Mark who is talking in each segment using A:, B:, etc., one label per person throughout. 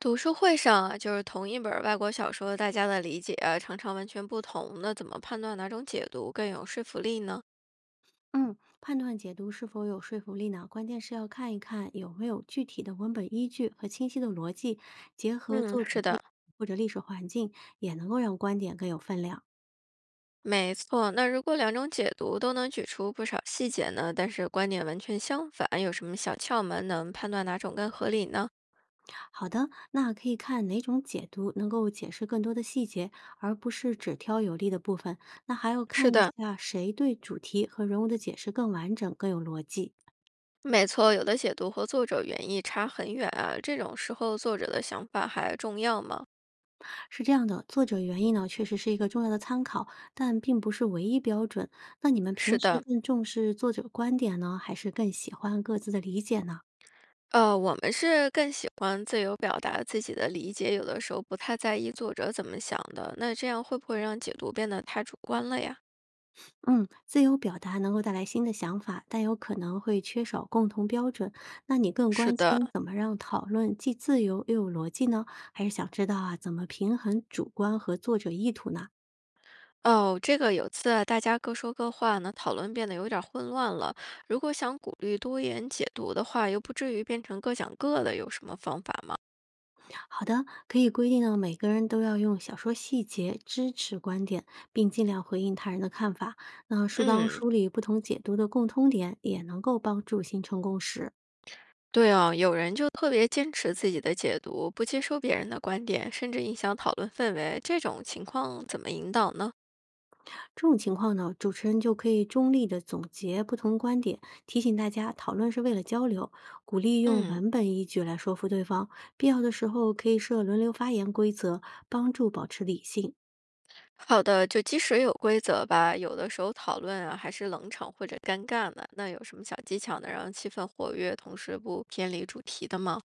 A: 读书会上啊，就是同一本儿外国小说，大家的理解啊，常常完全不同。那怎么判断哪种解读更有说服力呢？
B: 嗯，判断解读是否有说服力呢？关键是要看一看有没有具体的文本依据和清晰的逻辑，结合
A: 嗯，
B: 作者
A: 是
B: 背景
A: 的，
B: 或者历史环境，也能够让观点更有分量。
A: 没错，那如果两种解读都能举出不少细节呢，但是观点完全相反，有什么小窍门能判断哪种更合理呢？
B: 好的，那可以看哪种解读能够解释更多的细节，而不是只挑有利的部分。那还要
A: 是
B: 看一
A: 的，
B: 下谁对主题和人物的解释更完整、更有逻辑。
A: 没错，有的解读和作者原意差很远啊，这种时候作者的想法还重要吗？
B: 是这样的，作者原意呢确实是一个重要的参考，但并不是唯一标准。那你们平
A: 是
B: 时
A: 的，
B: 更重视作者观点呢，还是更喜欢各自的理解呢？
A: 我们是更喜欢自由表达自己的理解，有的时候不太在意作者怎么想的，那这样会不会让解读变得太主观了呀？
B: 嗯，自由表达能够带来新的想法，但有可能会缺少共同标准。那你更
A: 是
B: 关心
A: 的，
B: 怎么让讨论既自由又有逻辑呢？还是想知道啊怎么平衡主观和作者意图呢？
A: 哦，这个有次啊大家各说各话呢，讨论变得有点儿混乱了。如果想鼓励多元解读的话，又不至于变成各讲各的，有什么方法吗？
B: 好的，可以规定呢，每个人都要用小说细节支持观点，并尽量回应他人的看法。那适当
A: 嗯，
B: 梳理不同解读的共通点，也能够帮助形成共识。
A: 对哦，有人就特别坚持自己的解读，不接受别人的观点，甚至影响讨论氛围，这种情况怎么引导呢？
B: 这种情况呢，主持人就可以中立的总结不同观点，提醒大家讨论是为了交流，鼓励用
A: 嗯。
B: 文本依据来说服对方。必要的时候可以设轮流发言规则，帮助保持理性。
A: 好的，就即使有规则吧，有的时候讨论啊还是冷场或者尴尬的。那有什么小技巧能让气氛活跃，同时不偏离主题的吗？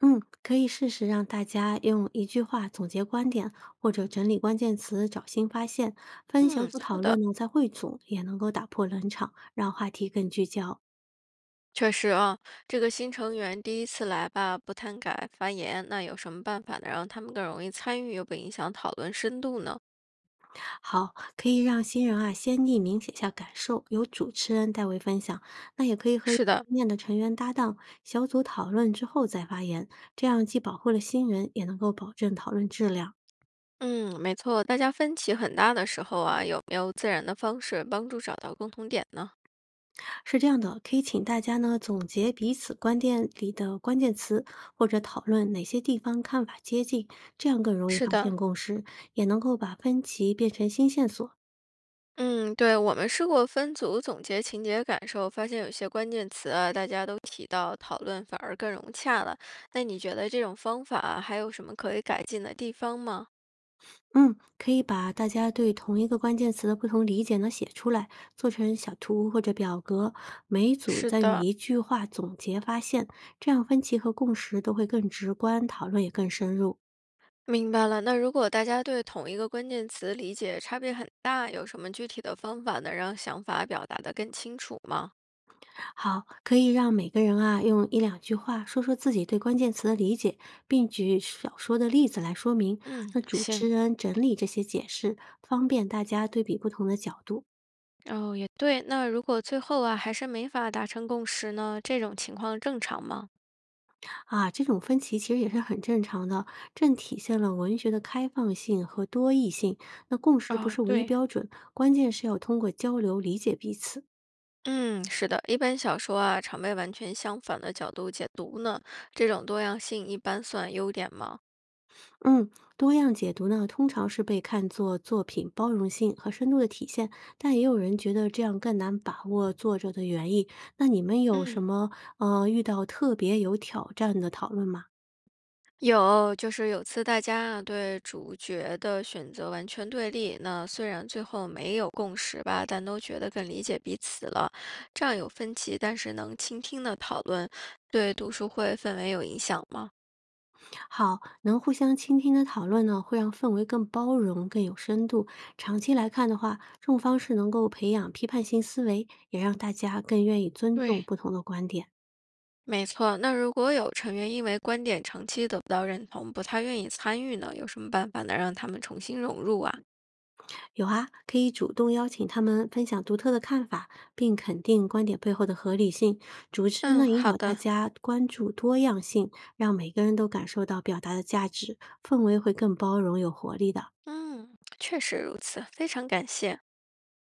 B: 嗯，可以试试让大家用一句话总结观点，或者整理关键词找新发现。分小
A: 嗯，
B: 组
A: 好
B: 讨
A: 的，
B: 论呢，再汇总也能够打破冷场，让话题更聚焦。
A: 确实啊，这个新成员第一次来吧，不太敢发言，那有什么办法能让他们更容易参与，又不影响讨论深度呢？
B: 好，可以让新人啊先匿名写下感受，由主持人代为分享。那也可以和有
A: 是的，
B: 经验的成员搭档，小组讨论之后再发言，这样既保护了新人，也能够保证讨论质量。
A: 嗯，没错，大家分歧很大的时候啊，有没有自然的方式帮助找到共同点呢？
B: 是这样的，可以请大家呢总结彼此观点里的关键词，或者讨论哪些地方看法接近，这样更容易
A: 是
B: 发
A: 的，
B: 现共识，也能够把分歧变成新线索。
A: 嗯，对，我们试过分组总结情节感受，发现有些关键词啊，大家都提到，讨论反而更融洽了。那你觉得这种方法啊还有什么可以改进的地方吗？
B: 嗯，可以把大家对同一个关键词的不同理解呢写出来，做成小图或者表格，每一组
A: 是
B: 再用
A: 的，
B: 一句话总结发现，这样分歧和共识都会更直观，讨论也更深入。
A: 明白了。那如果大家对同一个关键词理解差别很大，有什么具体的方法能让想法表达得更清楚吗？
B: 好，可以让每个人啊用一两句话说说自己对关键词的理解，并举小说的例子来说明。
A: 嗯，
B: 那主持
A: 行，
B: 人整理这些解释，方便大家对比不同的角度
A: 哦，也对。那如果最后啊还是没法达成共识呢，这种情况正常吗？
B: 啊。这种分歧其实也是很正常的，正体现了文学的开放性和多义性。那共识不
A: 哦，
B: 是唯一
A: 对，
B: 标准，关键是要通过交流理解彼此。
A: 嗯，是的，一般小说啊，常被完全相反的角度解读呢。这种多样性一般算优点吗？
B: 嗯，多样解读呢，通常是被看作作品包容性和深度的体现，但也有人觉得这样更难把握作者的原意。那你们有什
A: 嗯，
B: 么遇到特别有挑战的讨论吗？
A: 有，就是有次大家啊对主角的选择完全对立，那虽然最后没有共识吧，但都觉得更理解彼此了。这样有分歧，但是能倾听的讨论，对读书会氛围有影响吗？
B: 好，能互相倾听的讨论呢，会让氛围更包容、更有深度。长期来看的话，这种方式能够培养批判性思维，也让大家更愿意尊重
A: 对，
B: 不同的观点。
A: 没错，那如果有成员因为观点长期得不到认同，不太愿意参与呢，有什么办法能让他们重新融入啊？
B: 有啊，可以主动邀请他们分享独特的看法，并肯定观点背后的合理性。主持人
A: 嗯，
B: 呢，引
A: 好
B: 导大
A: 的，
B: 家关注多样性，让每个人都感受到表达的价值，氛围会更包容有活力的。
A: 嗯，确实如此，非常感谢。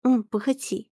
B: 嗯，不客气。